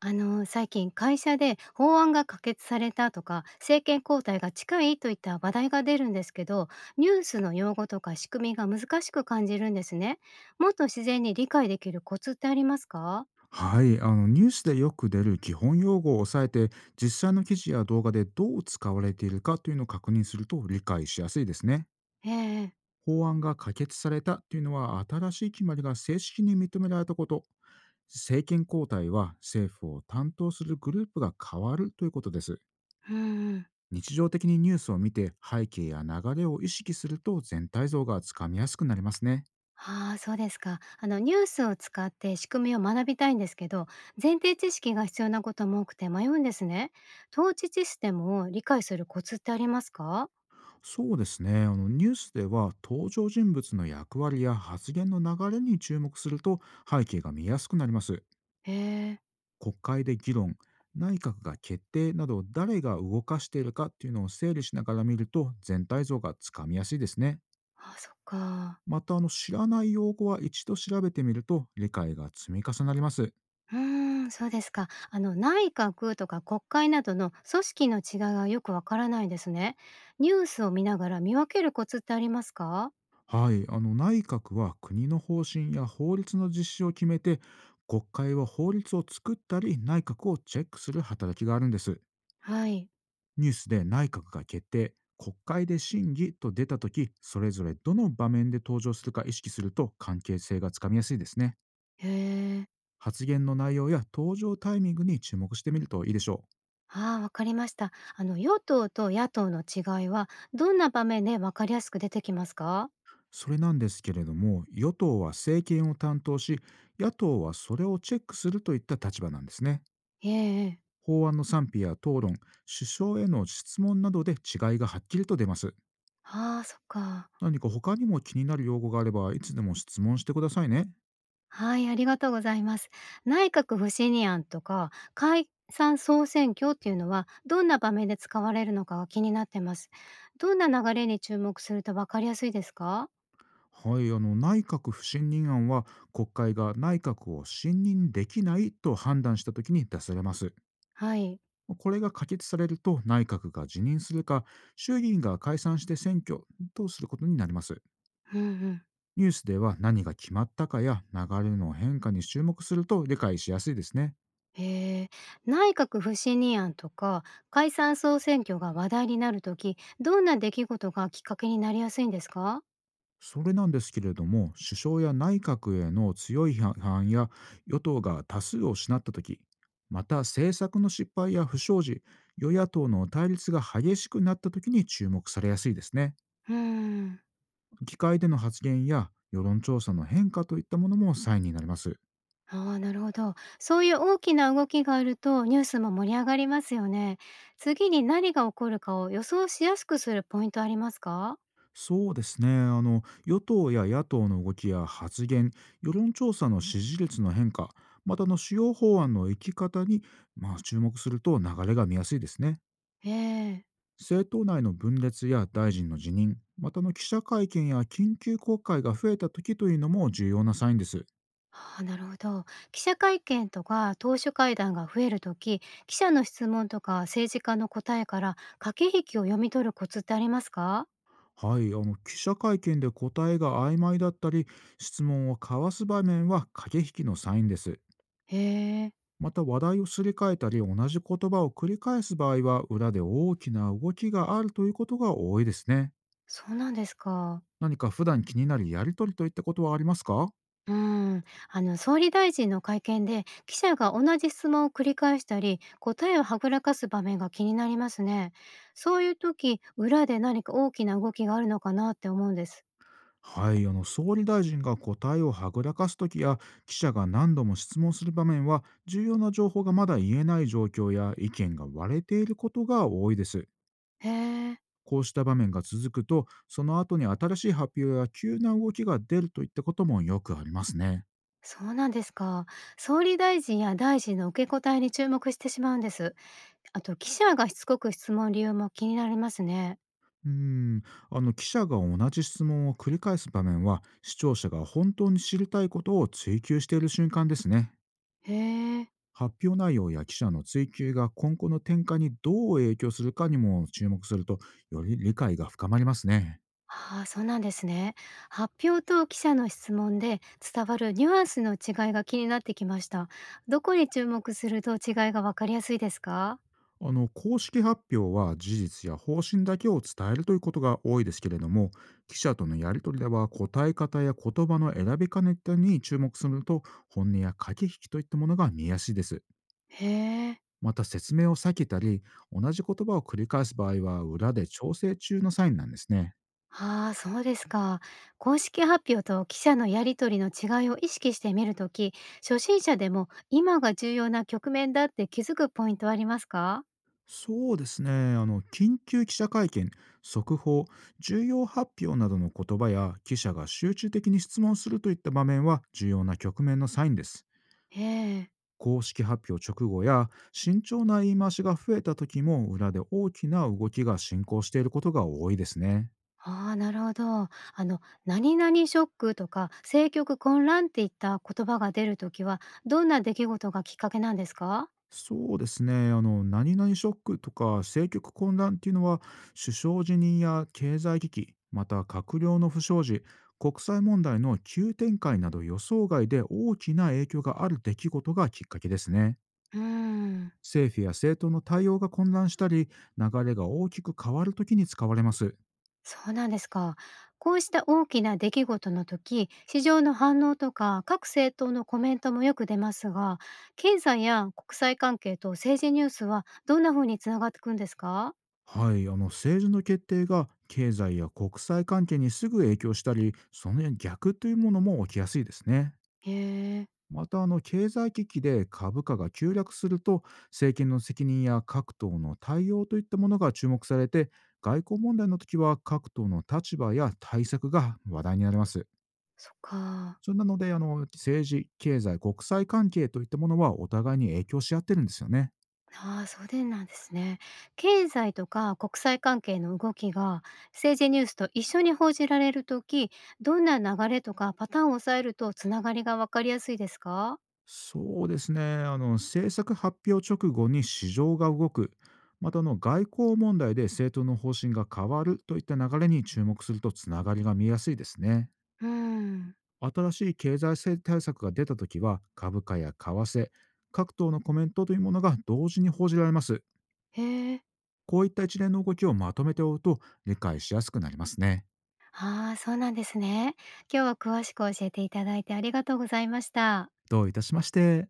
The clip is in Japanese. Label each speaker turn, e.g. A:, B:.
A: 最近会社で法案が可決されたとか政権交代が近いといった話題が出るんですけど、ニュースの用語とか仕組みが難しく感じるんですね。もっと自然に理解できるコツってありますか？
B: はい、ニュースでよく出る基本用語を押さえて、実際の記事や動画でどう使われているかというのを確認すると理解しやすいですね。
A: ええ。
B: 法案が可決されたというのは、新しい決まりが正式に認められたこと。政権交代は、政府を担当するグループが変わるということです。
A: うん。うん。
B: 日常的にニュースを見て背景や流れを意識すると、全体像がつかみやすくなりますね。
A: ああー、そうですか。ニュースを使って仕組みを学びたいんですけど、前提知識が必要なことも多くて迷うんですね。統治システムを理解するコツってありますか？
B: そうですね、ニュースでは登場人物の役割や発言の流れに注目すると、背景が見やすくなります。
A: ええ。
B: 国会で議論、内閣が決定など、誰が動かしているかっていうのを整理しながら見ると全体像がつかみやすいですね。
A: あ、そっか。
B: また、知らない用語は一度調べてみると理解が積み重なります。
A: うーん、そうですか。内閣とか国会などの組織の違いがよくわからないですね。ニュースを見ながら見分けるコツってありますか？
B: はい、内閣は国の方針や法律の実施を決めて、国会は法律を作ったり内閣をチェックする働きがあるんです。
A: はい。
B: ニュースで内閣が決定、国会で審議と出たとき、それぞれどの場面で登場するか意識すると関係性がつかみやすいですね。
A: へえ。
B: 発言の内容や登場タイミングに注目してみるといいでしょう。
A: ああ、わかりました。与党と野党の違いはどんな場面でわかりやすく出てきますか？
B: それなんですけれども、与党は政権を担当し、野党はそれをチェックするといった立場なんですね。
A: ええええ。
B: 法案の賛否や討論、首相への質問などで違いがはっきりと出ます。
A: ああ、そっか。
B: 何か他にも気になる用語があれば、いつでも質問してくださいね。
A: はい、ありがとうございます。内閣不信任案とか解散総選挙っていうのはどんな場面で使われるのかが気になってます。どんな流れに注目するとわかりやすいですか？
B: はい、内閣不信任案は、国会が内閣を信任できないと判断したときに出されます。
A: はい。
B: これが可決されると、内閣が辞任するか、衆議院が解散して選挙とすることになります。
A: うんうん。
B: ニュースでは何が決まったかや流れの変化に注目すると理解しやすいですね。
A: へえ。内閣不信任案とか解散総選挙が話題になるとき、どんな出来事がきっかけになりやすいんですか？
B: それなんですけれども、首相や内閣への強い批判や、与党が多数を失ったとき、また政策の失敗や不祥事、与野党の対立が激しくなったときに注目されやすいですね。
A: うん。
B: 議会での発言や世論調査の変化といったものもサインになります。
A: ああ、なるほど。そういう大きな動きがあるとニュースも盛り上がりますよね。次に何が起こるかを予想しやすくするポイントありますか？
B: そうですね。与党や野党の動きや発言、世論調査の支持率の変化、また主要法案の生き方に、まあ、注目すると流れが見やすいですね。
A: ええ。
B: 政党内の分裂や大臣の辞任、また記者会見や緊急国会が増えた時というのも重要なサインです。
A: ああ、なるほど。記者会見とか党首会談が増えるとき、記者の質問とか政治家の答えから駆け引きを読み取るコツってありますか？
B: はい、記者会見で答えが曖昧だったり、質問を交わす場面は駆け引きのサインです。
A: へえ、
B: また話題をすり替えたり、同じ言葉を繰り返す場合は、裏で大きな動きがあるということが多いですね。
A: そうなんですか。
B: 何か普段気になるやりとりといったことはありますか？
A: うーん、総理大臣の会見で記者が同じ質問を繰り返したり答えをはぐらかす場面が気になりますね。そういう時裏で何か大きな動きがあるのかなって思うんです。
B: はい、総理大臣が答えをはぐらかす時や、記者が何度も質問する場面は、重要な情報がまだ言えない状況や意見が割れていることが多いです。
A: へえ。
B: こうした場面が続くと、その後に新しい発表や急な動きが出るといったこともよくありますね。
A: そうなんですか。総理大臣や大臣の受け答えに注目してしまうんです。あと記者がしつこく質問理由も気になりますね。
B: うーん、記者が同じ質問を繰り返す場面は、視聴者が本当に知りたいことを追求している瞬間ですね。
A: へえ。
B: 発表内容や記者の追及が今後の展開にどう影響するかにも注目すると、より理解が深まりますね。
A: ああ、そうなんですね。発表と記者の質問で伝わるニュアンスの違いが気になってきました。どこに注目すると違いがわかりやすいですか？
B: 公式発表は事実や方針だけを伝えるということが多いですけれども、記者とのやり取りでは答え方や言葉の選び方に注目すると、本音や駆け引きといったものが見えやすいです。
A: へえ。
B: また説明を避けたり、同じ言葉を繰り返す場合は、裏で調整中のサインなんですね。
A: ああ、そうですか。公式発表と記者のやりとりの違いを意識してみるとき、初心者でも今が重要な局面だって気づくポイントはありますか？
B: そうですね。緊急記者会見、速報、重要発表などの言葉や、記者が集中的に質問するといった場面は重要な局面のサインです。
A: へえ。
B: 公式発表直後や慎重な言い回しが増えた時も、裏で大きな動きが進行していることが多いですね。
A: ああ、なるほど。何々ショックとか、政局混乱っていった言葉が出るときは、どんな出来事がきっかけなんですか？
B: そうですね。何々ショックとか政局混乱っていうのは、首相辞任や経済危機、また閣僚の不祥事、国際問題の急展開など、予想外で大きな影響がある出来事がきっかけですね。
A: うーん、
B: 政府や政党の対応が混乱したり、流れが大きく変わるときに使われます。
A: そうなんですか。こうした大きな出来事の時、市場の反応とか、各政党のコメントもよく出ますが、経済や国際関係と政治ニュースはどんな風につながっていくんですか？
B: はい、政治の決定が経済や国際関係にすぐ影響したり、その逆というものも起きやすいですね。
A: へえ、
B: また経済危機で株価が急落すると、政権の責任や各党の対応といったものが注目されて、外交問題の時は各党の立場や対策が話題になります。
A: そっか。
B: それなので、政治、経済、国際関係といったものはお互いに影響し合ってるんですよね。
A: ああ、そうでなんですね。経済とか国際関係の動きが政治ニュースと一緒に報じられるとき、どんな流れとかパターンを抑えるとつながりがわかりやすいですか？
B: そうですね。政策発表直後に市場が動く、また外交問題で政党の方針が変わるといった流れに注目すると、つながりが見えやすいですね。
A: うん。
B: 新しい経済制対策が出たときは、株価や為替、各党のコメントというものが同時に報じられます。
A: へえ。
B: こういった一連の動きをまとめておくと理解しやすくなりますね。
A: ああ、そうなんですね。今日は詳しく教えていただいてありがとうございました。
B: どういたしまして。